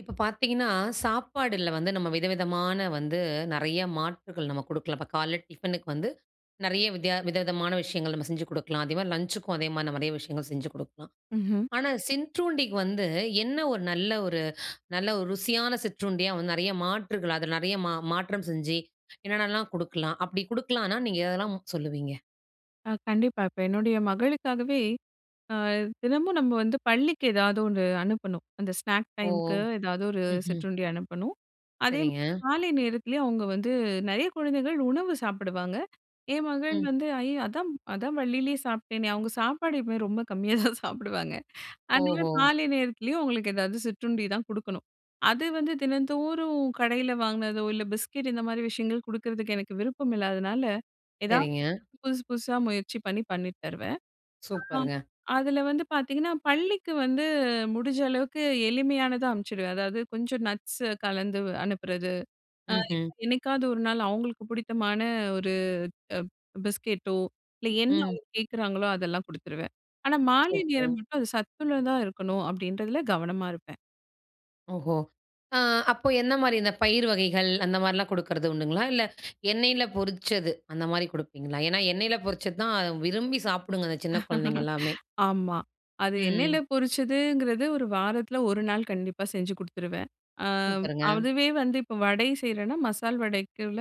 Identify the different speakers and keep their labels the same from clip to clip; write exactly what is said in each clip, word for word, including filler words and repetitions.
Speaker 1: இப்ப பார்த்தீங்கன்னா, சாப்பாடுல வந்து நம்ம விதவிதமான வந்து நெறைய மாற்றுகள் நம்ம குடுக்கலாம். இப்ப காலைல டிஃபனுக்கு வந்து நெறைய வித்யா விதவிதமான விஷயங்கள் நம்ம செஞ்சு குடுக்கலாம். அதேமாரி லஞ்சுக்கும் அதே மாரி நெறைய விஷயங்கள் செஞ்சு குடுக்கலாம்.
Speaker 2: ம்ஹ்ம்.
Speaker 1: ஆனா சிற்றுண்டிக்கு வந்து என்ன ஒரு நல்ல ஒரு நல்ல ஒரு ருசியான சிற்றுண்டியா வந்து நெறைய மாற்றுகள் அதுல நெறைய மா மாற்றம் செஞ்சு என்னென்னலாம் குடுக்கலாம்? அப்படி குடுக்கலான்னா நீங்க எதெல்லாம் சொல்லுவீங்க?
Speaker 2: அ கண்டிப்பா. இப்ப என்னுடைய மகளுக்காகவே அ தினமும் நம்ம வந்து பள்ளிக்கு ஏதாவது ஒண்ணு அனுப்பணும். அந்த ஸ்நாக்
Speaker 1: ஓ!
Speaker 2: டைம்க்கு ஏதாவது ஒரு
Speaker 1: ம்ஹ்ம்.
Speaker 2: சிற்றுண்டி அனுப்பணும். அதே மாதிரி
Speaker 1: சரிங்க.
Speaker 2: காலை நேரத்திலேயே அவங்க வந்து நெறைய குழந்தைகள் உணவு சாப்பிடுவாங்க. என் மகள்
Speaker 1: ம்.
Speaker 2: வந்து "ஐய! அதான் அதான் வள்ளியிலேயே சாப்பிட்டேனே." அவங்க சாப்பாடு எப்பவுமே ரொம்ப கம்மியா தான் சாப்பிடுவாங்க. அதனால
Speaker 1: ஓஹோ!
Speaker 2: மாலை நேரத்திலயும் அவங்களுக்கு ஏதாவது சிற்றுண்டி தான் குடுக்கணும். அது வந்து தினந்தோறும் கடையில வாங்குனதோ, இல்ல பிஸ்கட் இந்த மாரி விஷயங்கள் குடுக்கறதுக்கு எனக்கு விருப்பம் இல்லாதனால, ஏதாவது
Speaker 1: சரிங்க.
Speaker 2: புதுசு புதுசா முயற்சி பண்ணி பண்ணிட்டு தருவேன். ஆ.
Speaker 1: சூப்பருங்க.
Speaker 2: அதுல வந்து பார்த்தீங்கன்னா, பள்ளிக்கு வந்து முடிஞ்ச அளவுக்கு எளிமையானதா அனுப்பிச்சுடுவேன். அதாவது கொஞ்சம் நட்ஸ் கலந்து அனுப்புறது. அ இப்ப
Speaker 1: ம்ஹ்ம்.
Speaker 2: என்னைக்காவது ஒரு நாள் அவங்களுக்கு பிடித்தமான ஒரு அ பிஸ்கெட்டோ, இல்ல என்ன
Speaker 1: ம்.
Speaker 2: அவங்க கேட்குறாங்களோ அதெல்லாம் குடுத்துருவேன். ஆனா மாலை நேரம்
Speaker 1: சூப்பர்.
Speaker 2: மட்டும் அது சத்துள்ளதா இருக்கணும் அப்படின்றதுல கவனமா இருப்பேன்.
Speaker 1: ஓஹோ! ஆ, அப்போ என்ன மாரி இந்த பயிர் வகைகள் அந்த மாரிலாம் குடுக்கறது உண்டுங்களா? இல்ல எண்ணெயில பொரிச்சது அந்த மாரி குடுப்பீங்களா? ஏன்னா எண்ணெயில பொரிச்சது தான் விரும்பி சாப்பிடுங்க அந்த சின்ன குழந்தைங்க எல்லாமே.
Speaker 2: ஆமா. அது எண்ணெயில
Speaker 1: ம்.
Speaker 2: பொரிச்சதுங்கிறது ஒரு வாரத்துல ஒரு நாள் கண்டிப்பா செஞ்சு குடுத்துருவேன். அ
Speaker 1: சூப்பருங்க.
Speaker 2: அதுவே வந்து இப்போ வடை செய்றேன்னா, மசால் வடைக்குள்ள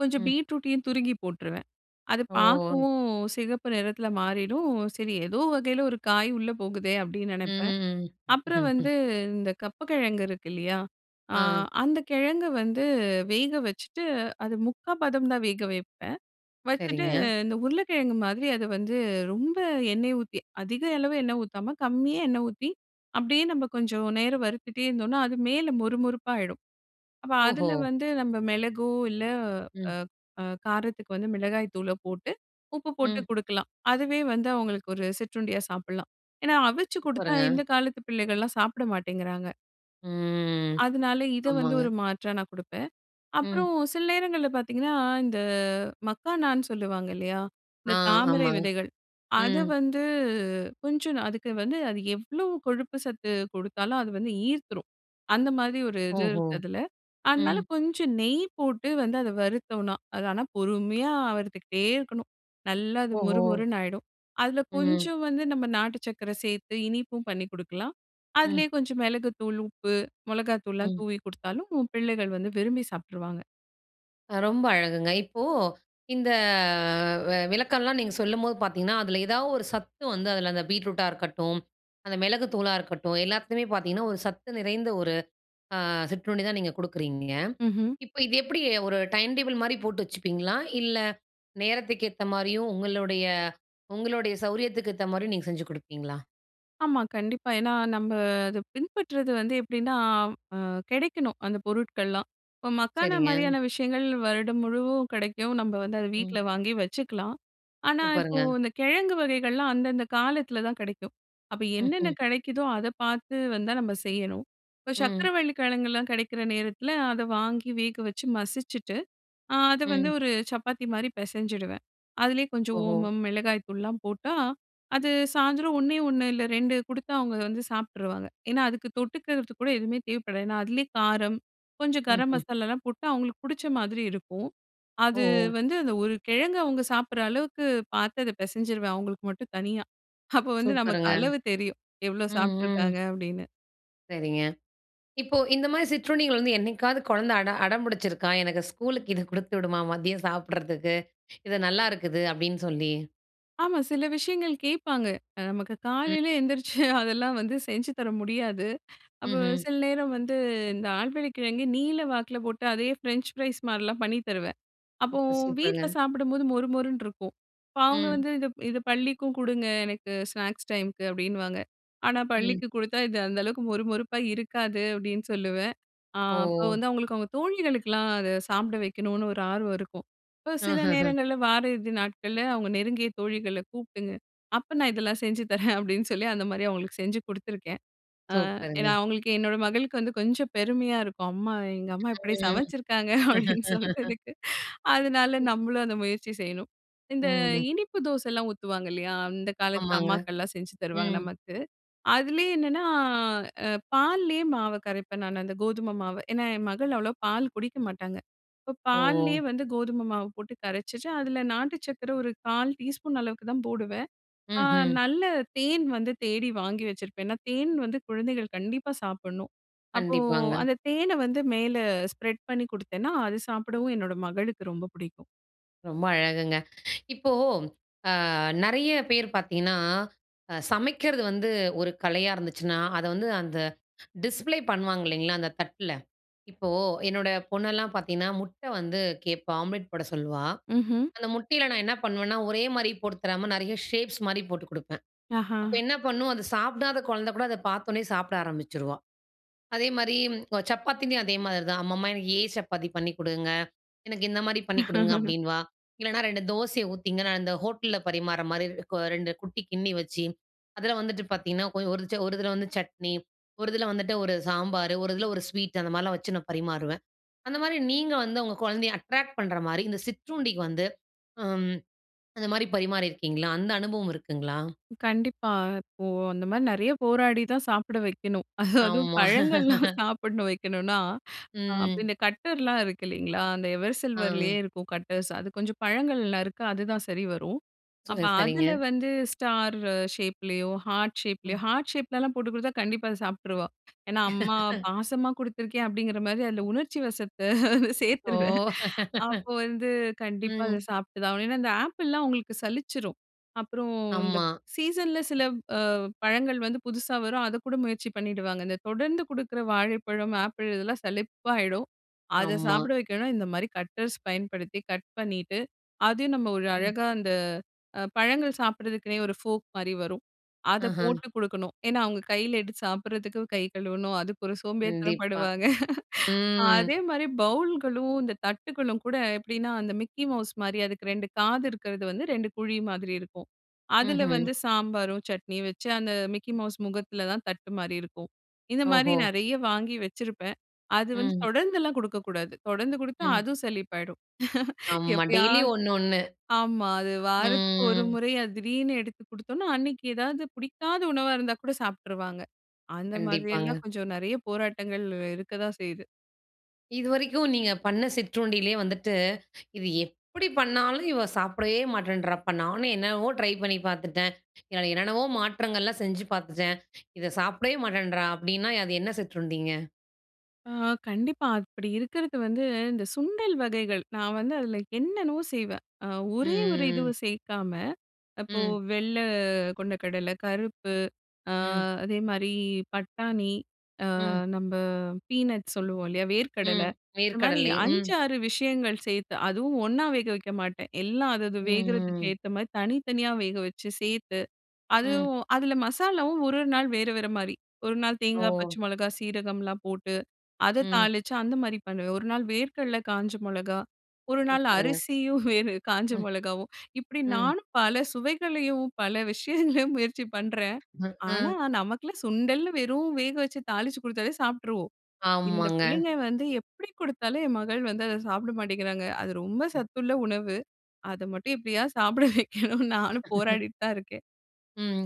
Speaker 2: கொஞ்சம்
Speaker 1: ம்.
Speaker 2: பீட்ரூட்டையும் துருகி போட்டுருவேன். அது
Speaker 1: ஓ!
Speaker 2: பார்க்கவும் சிகப்பு நிறத்துல மாறிடும். சரி ஏதோ வகையில ஒரு காய் உள்ள போகுதே அப்படின்னு நெனைப்பேன்.
Speaker 1: ம்,
Speaker 2: அப்புறம்
Speaker 1: ம், ம்.
Speaker 2: வந்து இந்த கப்பக்கிழங்கு இருக்கு இல்லையா? ஆ
Speaker 1: ஆ.
Speaker 2: அந்த கிழங்க வந்து வேக வச்சுட்டு, அது முக்கால் பதம் தான் வேக வைப்பேன். வச்சுட்டு
Speaker 1: சரிங்க.
Speaker 2: இந்த உருளைக்கிழங்கு மாதிரி அத வந்து ரொம்ப எண்ணெய் ஊத்தி, அதிக அளவு எண்ணெய் ஊத்தாம, கம்மியா எண்ணெய் ஊத்தி, அப்படியே நம்ம கொஞ்சம் நேரம் வறுத்துட்டே இருந்தோம்னா, அது மேல மொறு மொறுப்பாயிடும். அப்ப
Speaker 1: ஓஹோ!
Speaker 2: அதுல வந்து நம்ம மிளகோ, இல்ல அ
Speaker 1: ம்,
Speaker 2: அ காரத்துக்கு வந்து மிளகாய் தூள போட்டு, உப்பு போட்டு
Speaker 1: ம்.
Speaker 2: குடுக்கலாம். அதுவே வந்து அவங்களுக்கு ஒரு சிற்றுண்டியா சாப்பிடலாம். ஏன்னா அவிச்சு குடுத்தா
Speaker 1: சூப்பருங்க.
Speaker 2: இந்த காலத்து பிள்ளைகள்லாம் சாப்பிட மாட்டேங்கிறாங்க.
Speaker 1: ம்.
Speaker 2: அதனால இத வந்து
Speaker 1: ஆமாங்க.
Speaker 2: ஒரு மாற்றா நான் குடுப்பேன்.
Speaker 1: ம்.
Speaker 2: அப்புறம் சில நேரங்கள்ல பார்த்தீங்கன்னா, இந்த மக்கானான்னு சொல்லுவாங்க இல்லையா? இந்த
Speaker 1: ஆ,
Speaker 2: தாமரை
Speaker 1: ஆமாங்க.
Speaker 2: விதைகள். அது
Speaker 1: ம்.
Speaker 2: வந்து கொஞ்சம் நா- அதுக்கு வந்து அது எவ்ளோ கொழுப்பு சத்து குடுத்தாலும் அது வந்து ஈர்த்துரும். அந்த மாதிரி ஒரு இது
Speaker 1: ஓஹோ!
Speaker 2: இருக்கு அதுல. அதனால
Speaker 1: ம்.
Speaker 2: கொஞ்சம் நெய் போட்டு வந்து அத வறுத்தோம்னா, அது ஆனா பொறுமையா வறுத்துக்கிட்டே இருக்கணும். நல்லா அது மொறு
Speaker 1: ஓஹோ!
Speaker 2: மொறுன்னு ஆயிடும். அதுல
Speaker 1: ம்,
Speaker 2: கொஞ்சம் வந்து நம்ம நாட்டு சர்க்கரை சேர்த்து இனிப்பும் பண்ணி குடுக்கலாம்.
Speaker 1: ம்,
Speaker 2: அதிலேயே கொஞ்சம் மிளகுத்தூள், உப்பு, மிளகாத்தூள்லாம்
Speaker 1: ம்.
Speaker 2: தூவி குடுத்தாலும் பிள்ளைகள் வந்து விரும்பி சாப்பிட்டுருவாங்க.
Speaker 1: அ ரொம்ப அழகுங்க. இப்போ இந்த வ விளக்கம்லாம் நீங்க சொல்லும்போது பார்த்தீங்கன்னா, அதில ஏதாவது ஒரு சத்து வந்து அதில அந்த பீட்ரூட்டா இருக்கட்டும், அந்த மிளகு தூளா இருக்கட்டும், எல்லாத்துலயுமே பார்த்தீங்கன்னா, ஒரு சத்து நிறைந்த ஒரு அ சிற்றுண்டி தான் நீங்க குடுக்குறீங்க.
Speaker 2: ம்ஹ்ம்.
Speaker 1: இப்ப இது எப்படி ஒரு டைம் டேபிள் மாரி போட்டு வச்சுப்பீங்களா? இல்ல நேரத்துக்கு ஏத்த மாரியும், உங்களுடைய உங்களுடைய சௌரியத்துக்கு ஏத்த மாரியும் நீங்க செஞ்சு குடுப்பீங்களா?
Speaker 2: ஆமா, கண்டிப்பா. ஏன்னா, நம்ப அத பின்பற்றது வந்து எப்படின்னா, அ கிடைக்கணும் அந்த பொருட்கள்லாம். இப்போ மக்கானா
Speaker 1: சரிங்க.
Speaker 2: மாரியான விஷயங்கள் வருடம் முழுவதும் கிடைக்கும். நம்ம வந்து அத
Speaker 1: ம்.
Speaker 2: வீட்ல வாங்கி வச்சுக்கலாம். ஆனா, இப்போ
Speaker 1: சூப்பருங்க.
Speaker 2: இந்த கிழங்கு வகைகள்லாம் அந்தந்த காலத்துல தான் கிடைக்கும். அப்ப
Speaker 1: ம்ஹ்ம்.
Speaker 2: என்னென்ன
Speaker 1: ம்.
Speaker 2: கிடைக்குதோ அத பார்த்து வந்து நம்ம செய்யணும். இப்போ
Speaker 1: ம்.
Speaker 2: சர்க்கரைவள்ளி கிழங்குலாம் கிடைக்கிற நேரத்துல அத வாங்கி வேக வச்சு மசிச்சுட்டு ஆ அது வந்து
Speaker 1: ம்.
Speaker 2: ஒரு சப்பாத்தி மாரி பெசஞ்சிடுவேன். அதிலயே கொஞ்சம்
Speaker 1: ஓஹோ!
Speaker 2: ஓமம், மிளகாய் தூள்லாம் போட்டா, அது சாயந்தரம் ஒண்ணே ஒண்ணு இல்ல ரெண்டு குடுத்தா அவங்க வந்து சாப்பிட்டுருவாங்க. ஏன்னா, அதுக்கு தொட்டுக்கிறதுக்கு கூட எதுவுமே தேவைப்படாது. ஏன்னா, அதிலயே காரம், கொஞ்சம் கரம்
Speaker 1: ம்ஹ்ம்.
Speaker 2: மசாலாலாம் போட்டு அவங்களுக்கு புடிச்ச மாதிரி இருக்கும். அது
Speaker 1: ஓஹோ!
Speaker 2: வந்து அந்த ஒரு கிழங்கு அவங்க சாப்பிடுற அளவுக்கு பார்த்து அத பெசஞ்சிருவேன் அவங்களுக்கு மட்டும் தனியா. அப்போ வந்து நமக்கு
Speaker 1: சூப்பருங்க.
Speaker 2: அளவு தெரியும். எவ்வளோ
Speaker 1: ம். ம்.
Speaker 2: சாப்பிட்டுருக்காங்க அப்படின்னு.
Speaker 1: சரிங்க. இப்போ இந்த மாரி சிற்றுண்டிகள் வந்து என்னைக்காவது குழந்தை அட அடம் பிடிச்சிருக்கா? எனக்கு ஸ்கூலுக்கு இத குடுத்து விடுமா மதியம் சாப்பிடுறதுக்கு. இது நல்லா இருக்குது அப்படின்னு சொல்லி.
Speaker 2: ஆமா. சில விஷயங்கள் கேட்பாங்க. அ நமக்கு
Speaker 1: ம்.
Speaker 2: காலையில எந்திரிச்சு அதெல்லாம் வந்து செஞ்சு தர முடியாது. அப்போ
Speaker 1: ம்ஹ்ம்.
Speaker 2: சில நேரம் வந்து இந்த ஆழ்வெள்ளை கிழங்கு நீல வாக்குல போட்டு அதே ஃப்ரெஞ்ச் ஃப்ரைஸ் மாரிலாம் பண்ணி தருவேன். அப்போ
Speaker 1: சூப்பர், சூப்பருங்க.
Speaker 2: வீட்ல சாப்பிடும்போது மொறு மொறுன்னு இருக்கும். இப்ப அவங்க
Speaker 1: ம்.
Speaker 2: வந்து "இது இது பள்ளிக்கும் குடுங்க எனக்கு ஸ்நாக்ஸ் டைம்க்கு" அப்படின்னுவாங்க. ஆனா
Speaker 1: ம்.
Speaker 2: பள்ளிக்கு குடுத்தா இது அந்த அளவுக்கு மொறு மொறுப்பா இருக்காது அப்படின்னு சொல்லுவேன். ஆ அப்ப
Speaker 1: ஓ!
Speaker 2: வந்து அவங்களுக்கு அவங்க தோழிகளுக்கெல்லாம் அத சாப்பிட வைக்கணும்னு ஒரு ஆர்வம் இருக்கும். இப்ப சில
Speaker 1: ஆஹஹ.
Speaker 2: நேரங்கள்ல வார இறுதி நாட்கள்ல அவங்க நெருங்கிய தோழிகள கூப்பிட்டுங்க. அப்ப நான் இதெல்லாம் செஞ்சு தரேன் அப்படின்னு சொல்லி அந்த மாரி அவங்களுக்கு செஞ்சு குடுத்துருக்கேன். அ
Speaker 1: சூப்பருங்க.
Speaker 2: ஏன்னா அவங்களுக்கு என்னோட மகளுக்கு வந்து கொஞ்சம் பெருமையா இருக்கும். அம்மா எங்க அம்மா இப்படி
Speaker 1: ம்.
Speaker 2: சமைச்சிருக்காங்க அப்படின்னு சொல்றதுக்கு. அதனால நம்மளும் அந்த முயற்சி செய்யணும். இந்த
Speaker 1: ம்.
Speaker 2: இனிப்பு தோசைலாம் ஊத்துவாங்க இல்லையா? அந்த காலத்துல
Speaker 1: ஆமாங்க.
Speaker 2: அம்மாக்கள்லாம் செஞ்சு தருவாங்க
Speaker 1: ம்.
Speaker 2: நமக்கு. அதுலயே என்னன்னா அ பால்லயே மாவு கரைப்பேன் நான் அந்த கோதுமை மாவு. ஏன்னா என் மகள் அவ்வளவா பால் குடிக்க மாட்டாங்க. இப்போ
Speaker 1: ஓ!
Speaker 2: பால்லயே வந்து கோதுமை மாவு போட்டு கரைச்சுட்டு, அதுல நாட்டு சர்க்கரை ஒரு கால் டீஸ்பூன் அளவுக்கு தான் போடுவேன். ஆ
Speaker 1: ம்ஹ்ம்.
Speaker 2: நல்ல தேன் வந்து தேடி வாங்கி வச்சிருப்பேன். ஏன்னா, தேன் வந்து குழந்தைகள் கண்டிப்பா சாப்பிடணும். அப்போ
Speaker 1: கண்டிப்பாங்க.
Speaker 2: அந்த தேன வந்து மேல ஸ்ப்ரெட் பண்ணி குடுத்தேன்னா, அது சாப்பிடவும் என்னோட மகளுக்கு ரொம்ப பிடிக்கும்.
Speaker 1: ரொம்ப அழகுங்க. இப்போ அ நெறைய பேர் பார்த்தீங்கன்னா, அ சமைக்கிறது வந்து ஒரு கலையா இருந்துச்சுன்னா, அத வந்து அந்த டிஸ்ப்ளே பண்ணுவாங்க இல்லைங்களா? அந்த தட்ல. இப்போ என்னோட பொண்ணெல்லாம் பார்த்தீங்கன்னா, முட்டை வந்து கேட்பா. ஆம்லெட் போட சொல்லுவா.
Speaker 2: ம்ஹ்ம்.
Speaker 1: அந்த முட்டையில நான் என்ன பண்ணுவேன்னா, ஒரே மாரி போட்டு தராம நெறைய ஷேப்ஸ் மாரி போட்டு குடுப்பேன்.
Speaker 2: ஆஹா.
Speaker 1: அப்ப என்ன பண்ணும், அது சாப்பிடாத குழந்தை கூட அத பார்த்தோனே சாப்பிட ஆரம்பிச்சுருவா. அதே மாரி சப்பாத்திலயும் அதே மாதிரி தான். அம்மம்மா எனக்கு ஏ சப்பாத்தி பண்ணி குடுங்க. எனக்கு இந்த மாரி பண்ணி குடுங்க அப்டின்னுவா. இல்லன்னா ரெண்டு தோசைய ஊத்திங்க, நான் இந்த ஹோட்டல்ல பரிமாற மாரி கொ ரெண்டு குட்டி கிண்ணி வச்சு, அதுல வந்துட்டு பார்த்தீங்கன்னா, கொ ஒரு ச- ஒரு இதுல வந்து சட்னி, ஒரு இதுல வந்துட்டு ஒரு சாம்பாரு, ஒரு இதுல ஒரு ஸ்வீட் அந்த மாரிலாம் வச்சு நான் பரிமாறுவேன். அந்த மாரி நீங்க வந்து உங்க குழந்தைய அட்ராக்ட் பண்ற மாரி, இந்த சிற்றுண்டிக்கு வந்து அம் அந்த மாரி பரிமாறியிருக்கீங்களா? அந்த அனுபவம் இருக்குங்களா?
Speaker 2: கண்டிப்பா. இப்போ அந்த மாரி நெறைய போராடி தான் சாப்பிட வைக்கணும். அது அதுவும்
Speaker 1: ஆமா.
Speaker 2: பழங்கள்லாம் சாப்பிடணும் வைக்கணும்னா ஆ அப்ப
Speaker 1: ம்.
Speaker 2: இந்த கட்டர்லாம் இருக்கு இல்லைங்களா? அந்த எவர்
Speaker 1: ஆ.
Speaker 2: சில்வர்லயே இருக்கும் கட்டர்ஸ். அது கொஞ்சம் பழங்கள்லாம் இருக்கு. அதுதான் சரி வரும்.
Speaker 1: சு
Speaker 2: அப்ப
Speaker 1: சரிங்க.
Speaker 2: அதுல வந்து ஸ்டார் ஷேப்லயோ, ஹார்ட் ஷேப்லயோ
Speaker 1: ம்.
Speaker 2: ஹார்ட் ஷேப்லலாம் போட்டு குடுத்தா கண்டிப்பா அத சாப்ட்டுருவா. ஏன்னா, அம்மா பாசமா குடுத்துருக்கேன் அப்படிங்கிற மாரி அதுல உணர்ச்சி வசத்த
Speaker 1: ஓ!
Speaker 2: சேர்த்துருவேன். அப்போ வந்து கண்டிப்பா அத
Speaker 1: ம்.
Speaker 2: சாப்ட்டு தான் ஆகணும். ஏன்னா, இந்த ஆப்பிள்லாம் அவங்களுக்கு சலிச்சிரும். அப்புறம் இந்த
Speaker 1: ஆமா,
Speaker 2: சீசன்ல சில பழங்கள் வந்து புதுசா வரும். அத கூட முயற்சி பண்ணிடுவாங்க. இந்த தொடர்ந்து குடுக்குற வாழைப்பழம், ஆப்பிள் இதெல்லாம் சலிப்பாயிடும். அத
Speaker 1: ஆமா.
Speaker 2: சாப்பிட வைக்கணும்னா, இந்த மாரி கட்டர்ஸ் பயன்படுத்தி கட் பண்ணிட்டு, அதையும் நம்ம ஒரு
Speaker 1: ம்.
Speaker 2: அழகா அந்த அ பழங்கள் சாப்பிடுறதுக்குன்னே ஒரு ஃபோர்க் மாரி வரும். அத
Speaker 1: ஆஹ.
Speaker 2: போட்டு குடுக்கணும். ஏன்னா, அவங்க கையில எடுத்து சாப்பிடுறதுக்கு கை கழுவணும். அதுக்கு ஒரு சோம்பேறித்தனம்
Speaker 1: கண்டிப்பா.
Speaker 2: படுவாங்க.
Speaker 1: ம்.
Speaker 2: அதே மாரி பவுல்களும், இந்த தட்டுகளும் கூட எப்படின்னா, அந்த மிக்கி மவுஸ் மாரி அதுக்கு ரெண்டு காது இருக்கிறது வந்து ரெண்டு குழி மாதிரி இருக்கும். அதுல
Speaker 1: ம்ஹ்ம்.
Speaker 2: வந்து சாம்பாரும், சட்னியும் வச்சு அந்த மிக்கி மவுஸ் முகத்துல தான் தட்டு மாரி இருக்கும். இந்த மாரி
Speaker 1: ஓஹோ!
Speaker 2: நெறைய வாங்கி வச்சிருப்பேன். அது வந்து
Speaker 1: ம்,
Speaker 2: தொடர்ந்துலாம் குடுக்கக்கூடாது. தொடர்ந்து குடுத்தா
Speaker 1: ம்.
Speaker 2: அதுவும் சலிப்பாயிடும்.
Speaker 1: ஆமா. டெய்லி
Speaker 2: எப்பயாவது
Speaker 1: ஒண்ணு, ஒண்ணு.
Speaker 2: ஆமா. அது வாரத்துக்கு ஒரு
Speaker 1: ம்.
Speaker 2: முறை அது திடீர்னு எடுத்து குடுத்தோம்னா, அன்னைக்கு ஏதாவது பிடிக்காத உணவா இருந்தா கூட சாப்ட்டுருவாங்க. அந்த மாதிரி
Speaker 1: கண்டிப்பாங்க.
Speaker 2: எல்லாம் கொஞ்சம் நெறைய போராட்டங்கள் இருக்க தான் செய்யுது.
Speaker 1: இதுவரைக்கும் நீங்க பண்ண சிற்றுண்டியிலயே வந்துட்டு இது எப்படி பண்ணாலும் இவ சாப்பிடவே மாட்டேன்றா! அப்ப நானும் என்னென்னவோ ட்ரை பண்ணி பார்த்துட்டேன். இதில என்னென்னவோ மாற்றங்கள்லாம் செஞ்சு பார்த்துட்டேன். இத சாப்பிடவே மாட்டேன்றா! அப்படின்னா, அது என்ன சிற்றுண்டிங்க?
Speaker 2: ஆ, கண்டிப்பா. அப்படி இருக்கிறது வந்து இந்த சுண்டல் வகைகள். நான் வந்து அதுல என்னென்னவோ செய்வேன். அ ஒரே ஒரு இதுவ
Speaker 1: ம், ம்,
Speaker 2: சேர்க்காம, இப்போ
Speaker 1: ம்,
Speaker 2: வெள்ளை கொண்டைக்கடலை, கருப்பு, அ
Speaker 1: ம்,
Speaker 2: அதே மாரி பட்டாணி, அ
Speaker 1: ம்,
Speaker 2: நம்ப பீனட் சொல்லுவோம் இல்லையா? வேர்க்கடலை.
Speaker 1: ம்.
Speaker 2: இந்த மாரி
Speaker 1: நீர்க்கடலை. ம்,
Speaker 2: அஞ்சு, ஆறு விஷயங்கள் சேர்த்து, அதுவும் ஒண்ணா வேக வைக்க மாட்டேன். எல்லாம் அதது
Speaker 1: ம்,
Speaker 2: வேகறதுக்கு
Speaker 1: ம்,
Speaker 2: ஏத்த மாரி தனித்தனியா வேக வச்சு சேர்த்து,
Speaker 1: ம்.
Speaker 2: அதுவும் அதுல மசாலாவும் ஒரு ஒரு நாள் வேற வேற மாரி. ஒரு நாள்
Speaker 1: ஓ!
Speaker 2: தேங்காய், பச்சை மிளகாய், சீரகம்லாம் போட்டு அத
Speaker 1: ம்.
Speaker 2: தாளிச்சு அந்த மாரி பண்ணுவேன். ஒரு நாள் வேர்க்கடல காஞ்ச மொளகா, ஒரு நாள்
Speaker 1: சூப்பருங்க.
Speaker 2: அரிசியும் வேறு காஞ்ச
Speaker 1: ம்,
Speaker 2: மொளகாவும். இப்படி
Speaker 1: ம்,
Speaker 2: நானும் பல சுவைகளையும், பல விஷயங்களையும் முயற்சி பண்றேன்.
Speaker 1: ம்,
Speaker 2: ஆனா,
Speaker 1: ம்.
Speaker 2: நமக்கெல்லாம் சுண்டல்னு வெறும் வேக வச்சு தாளிச்சு குடுத்தாலே சாப்ட்டுருவோம். இந்த
Speaker 1: ஆமாங்க.
Speaker 2: பிள்ளைங்க வந்து எப்படி குடுத்தாலும் என் மகள் வந்து அத சாப்பிட மாட்டேங்கிறாங்க. அது ரொம்ப சத்துள்ள உணவு. அத மட்டும் எப்படியாவது சாப்பிட வைக்கணும்னு நானும் போராடிட்டு தான் இருக்கேன்.
Speaker 1: ம்.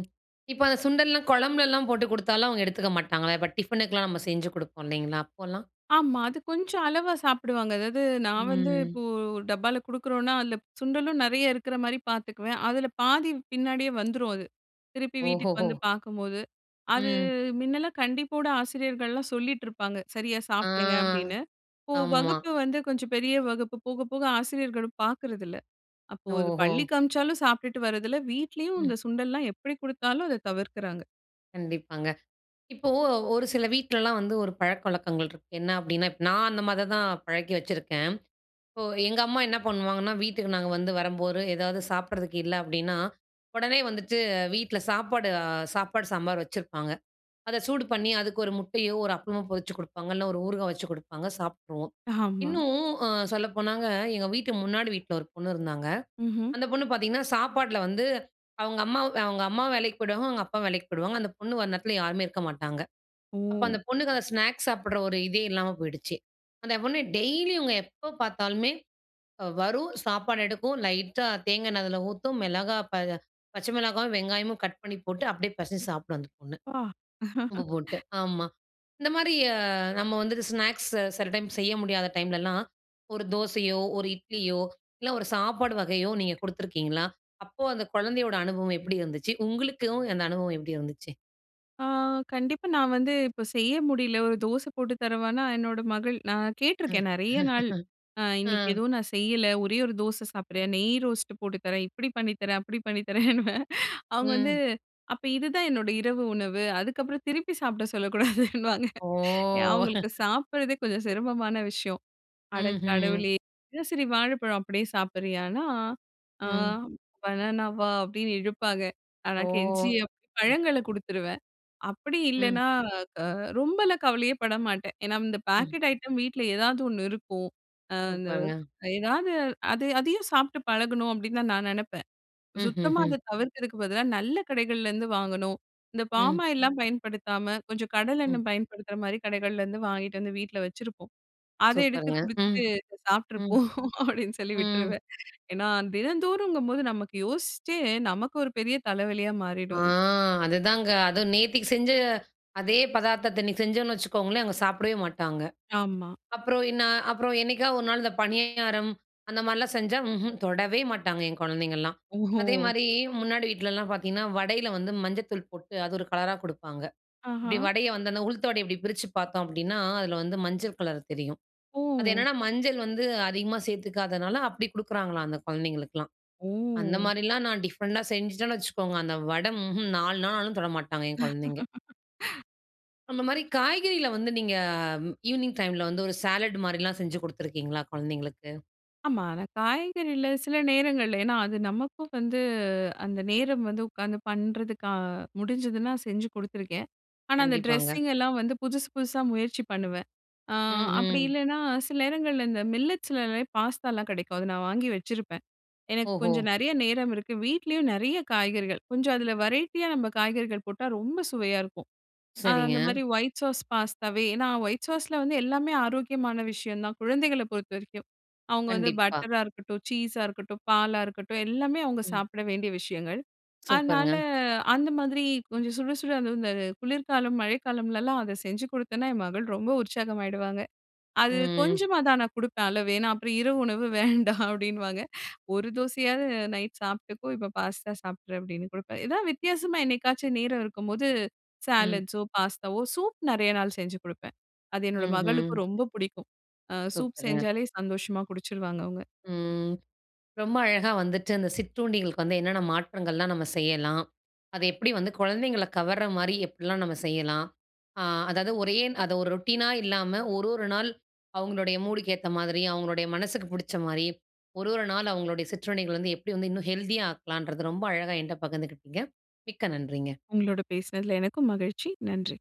Speaker 1: இப்ப அந்த சுண்டல்லாம் குழம்புலலாம் போட்டு குடுத்தாலும் அவங்க எடுத்துக்க மாட்டாங்களா? இப்ப டிஃபனுக்குலாம் நம்ம செஞ்சு குடுப்போம் இல்லைங்களா? அப்போலாம்?
Speaker 2: ஆமா. அது கொஞ்சம் அளவா சாப்பிடுவாங்க. அதாவது நான் வந்து
Speaker 1: ம்.
Speaker 2: இப்போ ஒரு டப்பால குடுக்குறோன்னா, அதுல சுண்டலும் நெறைய இருக்கிற மாரி பார்த்துக்குவேன். அதுல பாதி பின்னாடியே வந்துரும் அது. திருப்பி வீட்டுக்கு
Speaker 1: ஓஹோஹோ!
Speaker 2: வந்து பார்க்கும்போது. அது
Speaker 1: ம்.
Speaker 2: மின்னலாம் கண்டிப்போட ஆசிரியர்கள்லாம் சொல்லிட்டு இருப்பாங்க. சரியா
Speaker 1: ஆ,
Speaker 2: சாப்பிடுங்க அப்படின்னு. இப்போ
Speaker 1: ஆமா.
Speaker 2: வகுப்பு வந்து கொஞ்சம் பெரிய வகுப்பு போக போக ஆசிரியர்களும் பார்க்கறதில்ல. அப்போ அது
Speaker 1: ஓஹோ!
Speaker 2: பள்ளிக்கு அனுப்பிச்சாலும் சாப்பிட்டுட்டு வரதில்ல. வீட்லயும்
Speaker 1: ம்.
Speaker 2: இந்த சுண்டல்லாம் எப்படி குடுத்தாலும் அத தவிர்க்கிறாங்க.
Speaker 1: கண்டிப்பாங்க. இப்போ ஒரு சில வீட்லலாம் வந்து ஒரு பழக்கவழக்கங்கள் இருக்கு. என்ன அப்டின்னா, இப்ப நான் அந்த மாதிரி தான் பழக்கி வச்சிருக்கேன். இப்போ எங்க அம்மா என்ன பண்ணுவாங்கன்னா, வீட்டுக்கு நாங்க வந்து வரும்போது ஏதாவது சாப்பிடுறதுக்கு இல்ல அப்டின்னா, உடனே வந்துட்டு வீட்ல சாப்பாடு அ சாப்பாடு சாம்பார் வச்சிருப்பாங்க. அத சூடு பண்ணி அதுக்கு ஒரு முட்டையோ, ஒரு அப்பளமோ பொரிச்சு குடுப்பாங்க. இல்ல ஒரு ஊறுகாய் வச்சு குடுப்பாங்க. சாப்ட்ருவோம்.
Speaker 2: ஆமா.
Speaker 1: இன்னும் அ சொல்லப்போனாங்க, எங்க வீட்டு முன்னாடி வீட்ல ஒரு பொண்ணு இருந்தாங்க.
Speaker 2: ம்ஹ்ம்.
Speaker 1: அந்த பொண்ணு பார்த்தீங்கன்னா, சாப்பாட்ல வந்து அவங்க அம்மா அவங்க அம்மா வேலைக்கு போயிடுவாங்க. அவங்க அப்பா வேலைக்கு போயிடுவாங்க. அந்த பொண்ணு வர நேரத்தில யாருமே இருக்க மாட்டாங்க.
Speaker 2: ஓ!
Speaker 1: அப்ப அந்த பொண்ணுக்கு அந்த ஸ்நாக்ஸ் சாப்பிடுற ஒரு இதே இல்லாம போயிடுச்சு. அந்த பொண்ணு டெய்லி இவங்க எப்ப பார்த்தாலுமே அஹ், வரும், சாப்பாடு எடுக்கும், லைட்டா தேங்காய் எண்ணெய் அதில ஊத்தும், மிளகா ப பச்சை மிளகாயும், வெங்காயமும் கட் பண்ணி போட்டு, அப்படியே பெசஞ்சு சாப்பிடும் அந்த பொண்ணு.
Speaker 2: அப்பா!
Speaker 1: உப்பு போட்டு. ஆமா. இந்த மாரி அ நம்ம வந்துட்டு ஸ்நாக்ஸ் சில டைம் செய்ய முடியாத டைம்லலாம், ஒரு தோசையோ, ஒரு இட்லியோ, இல்ல ஒரு சாப்பாடு வகையோ நீங்க குடுத்துருக்கீங்களா? அப்போ அந்த குழந்தையோட அனுபவம் எப்படி இருந்துச்சு? உங்களுக்கும் அந்த அனுபவம் எப்படி இருந்துச்சு?
Speaker 2: ஆ, கண்டிப்பா நான் வந்து இப்போ செய்ய முடியல. ஒரு தோசை போட்டு தரவான்னா, என்னோட மகள் நான் கேட்டிருக்கேன் நெறைய நாள். அ இன்னைக்கு
Speaker 1: அ.
Speaker 2: எதுவும் நான் செய்யல. ஒரே ஒரு தோசை சாப்பிடுறேன். நெய் ரோஸ்ட் போட்டு தரேன். இப்படி பண்ணி தரேன், அப்படி பண்ணி தரேன்னுவேன். அவங்க வந்து,
Speaker 1: ம்.
Speaker 2: "அப்ப இதுதான் என்னோட இரவு உணவு. அதுக்கப்புறம் திருப்பி சாப்பிட சொல்லக்கூடாதுன்னுவாங்க." ஏ,
Speaker 1: ஓ!
Speaker 2: அவங்களுக்கு சாப்பிடுறதே கொஞ்சம் சிரமமான விஷயம். "அட
Speaker 1: ம்ஹ்ம். ம்.
Speaker 2: கடவுளே! தினசரி வாழைப்பழம் அப்படியே சாப்பிடுறியான்னா, ஆ
Speaker 1: ம்.
Speaker 2: பனானாவா?" அப்படின்னு இழுப்பாங்க. ஆனா
Speaker 1: ஓ!
Speaker 2: கெஞ்சி அப்படி
Speaker 1: ம்.
Speaker 2: பழங்கள குடுத்துருவேன். அப்படி
Speaker 1: ம்.
Speaker 2: இல்லன்னா, அ ரொம்பலாம் கவலையே பட மாட்டேன். ஏன்னா இந்த
Speaker 1: ம்.
Speaker 2: பேக்கெட் ஐட்டம் வீட்ல ஏதாவது ஒண்ணு இருக்கும். அ இந்த
Speaker 1: சூப்பருங்க.
Speaker 2: ஏதாவது அது அதையும் சாப்பிட்டு பழகணும் அப்படின்னு தான் நான் நெனப்பேன்.
Speaker 1: ம்ஹ்ஹ்ம்.
Speaker 2: சுத்தமா அத
Speaker 1: ம்.
Speaker 2: ம். தவிர்க்கிறதுக்கு பதிலா நல்ல கடைகள்லேருந்து வாங்கணும். இந்த
Speaker 1: ம்.
Speaker 2: பாம்
Speaker 1: ம்
Speaker 2: ஆயில்லாம் பயன்படுத்தாம, கொஞ்சம் கடல்
Speaker 1: ம்.
Speaker 2: எண்ணெய் பயன்படுத்துற மாரி கடைகள்லேருந்து வாங்கிட்டு வந்து வீட்ல வச்சிருப்போம். அத எடுத்து
Speaker 1: சூப்பருங்க. ம்.
Speaker 2: குடுத்துட்டு
Speaker 1: ம்.
Speaker 2: சாப்பிட்டுருப்போம் அப்படின்னு சொல்லி
Speaker 1: ம்.
Speaker 2: விட்டுருவேன். ஏன்னா தினந்தோறுங்கும்போது நமக்கு யோசிச்சே நமக்கு ஒரு பெரிய தலைவலியா
Speaker 1: ஆ,
Speaker 2: மாறிடும் அது.
Speaker 1: அதுதாங்க. அதுவும் நேத்திக்கு செஞ்ச அதே பதார்த்தத்த இன்னைக்கு செஞ்சோம்னு வச்சுக்கோங்களேன், அவங்க சாப்பிடவே மாட்டாங்க.
Speaker 2: ஆமா.
Speaker 1: அப்புறம் நான் அப்புறம் என்னைக்கா ஒரு நாள் இந்த பணியாரம் அந்த மாரிலாம் செஞ்சா ம்ஹ்ம் தொடவே மாட்டாங்க என் குழந்தைங்கலாம்.
Speaker 2: ஓஹோ!
Speaker 1: அதே மாரி முன்னாடி வீட்லலாம் பார்த்தீங்கன்னா, வடையில வந்து மஞ்சத்தூள் போட்டு அது ஒரு கலரா குடுப்பாங்க.
Speaker 2: ஆஹா.
Speaker 1: இப்டி வடைய வந்து அந்த உளுத்த வடைய இப்டி பிரிச்சு பார்த்தோம் அப்டின்னா, அதுல வந்து மஞ்சள் கலர் தெரியும். அது
Speaker 2: ஓ!
Speaker 1: என்னன்னா மஞ்சள் வந்து அதிகமா சேர்த்துக்காதனால அப்டி குடுக்குறாங்களாம் அந்த குழந்தைங்களுக்குலாம்.
Speaker 2: ஓ!
Speaker 1: அந்த மாரிலாம் நான் டிஃபரெண்டா செஞ்சுட்டேன்னு வச்சுக்கோங்க, அந்த வடை ம்ஹ்ம் நாலு நாள் ஆனாலும் தொட மாட்டாங்க என் குழந்தைங்க. அந்த மாரி காய்கறில வந்து நீங்க ஈவ்னிங் டைம்ல வந்து ஒரு சாலட் மாரிலாம் செஞ்சு குடுத்துருக்கீங்களா குழந்தைங்களுக்கு?
Speaker 2: ஆமா. ஆனா காய்கறில சில நேரங்கள்ல ஏன்னா அது நமக்கும் வந்து அந்த நேரம் வந்து உட்காந்து பண்றதுக்கு அ முடிஞ்சதுன்னா செஞ்சு குடுத்துருக்கேன். ஆனா அந்த
Speaker 1: கண்டிப்பாங்க.
Speaker 2: ட்ரெஸ்ஸிங் எல்லாம் வந்து புதுசு புதுசா முயற்சி பண்ணுவேன். ஆ அப்படி
Speaker 1: ம்ஹ்ம்.
Speaker 2: இல்லன்னா சில நேரங்கள்ல இந்த மில்லட்ஸ்லலாம் பாஸ்தாலாம் கிடைக்கும். அத நான் வாங்கி வச்சிருப்பேன். எனக்கு
Speaker 1: ஓஹோ!
Speaker 2: கொஞ்சம் நெறைய நேரம் இருக்கு. வீட்லயும் நெறைய காய்கறிகள். கொஞ்சம் அதுல வெரைட்டியா நம்ம காய்கறிகள் போட்டா ரொம்ப சுவையா இருக்கும். ஆ அந்த
Speaker 1: சரிங்க.
Speaker 2: மாரி ஒயிட் சாஸ் பாஸ்தாவே ஏன்னா ஒயிட் சாஸ்ல வந்து எல்லாமே ஆரோக்கியமான விஷயம் தான். குழந்தைகள பொறுத்தவரைக்கும். அவங்க வந்து
Speaker 1: கண்டிப்பா.
Speaker 2: பட்டரா இருக்கட்டும், சீஸா இருக்கட்டும், பாலா இருக்கட்டும் எல்லாமே அவங்க
Speaker 1: ம்.
Speaker 2: சாப்பிட வேண்டிய விஷயங்கள். அதனால
Speaker 1: சூப்பருங்க.
Speaker 2: அந்த மாதிரி கொஞ்சம் சுட சுட அதுவும் இந்த குளிர்காலம், மழைக்காலம்லலாம் அத செஞ்சு குடுத்தேன்னா என் மகள் ரொம்ப உற்சாகமாயிடுவாங்க. அது
Speaker 1: ம்.
Speaker 2: கொஞ்சமா தான் நான் குடுப்பேன் அளவு. ஏன்னா, அப்புறம் இரவு உணவு வேண்டாம் அப்டின்னுவாங்க. ஒரு தோசையாவது நைட் சாப்ட்டுக்கோ, இப்ப பாஸ்தா சாப்பிட்ரு அப்டின்னு குடுப்பேன். ஏதாவது வித்தியாசமா என்னைக்காச்சும் நேரம் இருக்கும்போது,
Speaker 1: ம்.
Speaker 2: சாலட்ஸோ, பாஸ்தாவோ, சூப் நெறைய நாள் செஞ்சு குடுப்பேன். அது என்னோட மகளுக்கு
Speaker 1: ம்ஹ்ம்.
Speaker 2: ரொம்ப பிடிக்கும். அ சூப்
Speaker 1: சூப்பருங்க.
Speaker 2: செஞ்சாலே சந்தோஷமா குடிச்சிருவாங்க அவங்க.
Speaker 1: ம். ரொம்ப அழகா வந்துட்டு அந்த சிற்றுண்டிகளுக்கு வந்து என்னென்ன மாற்றங்கள்லாம் நம்ம செய்யலாம்? அது எப்படி வந்து குழந்தைங்கள கவர்ற மாரி எப்படிலாம் நம்ம செய்யலாம்? ஆ, அதாவது ஒரே அத ஒரு ரொட்டீனா இல்லாம ஒரு ஒரு நாள் அவங்களுடைய மூடுக்கு ஏத்த மாதிரி, அவங்களுடைய மனசுக்கு புடிச்ச மாரி, ஒரு ஒரு நாள் அவங்களுடைய சிற்றுண்டிகள் வந்து எப்படி வந்து இன்னும் ஹெல்தியா ஆக்கலான்றது ரொம்ப அழகா என்ட்ட பகிர்ந்துக்கிட்டீங்க. மிக்க நன்றிங்க.
Speaker 2: உங்களோட பேசினதுல எனக்கும் மகிழ்ச்சி. நன்றி.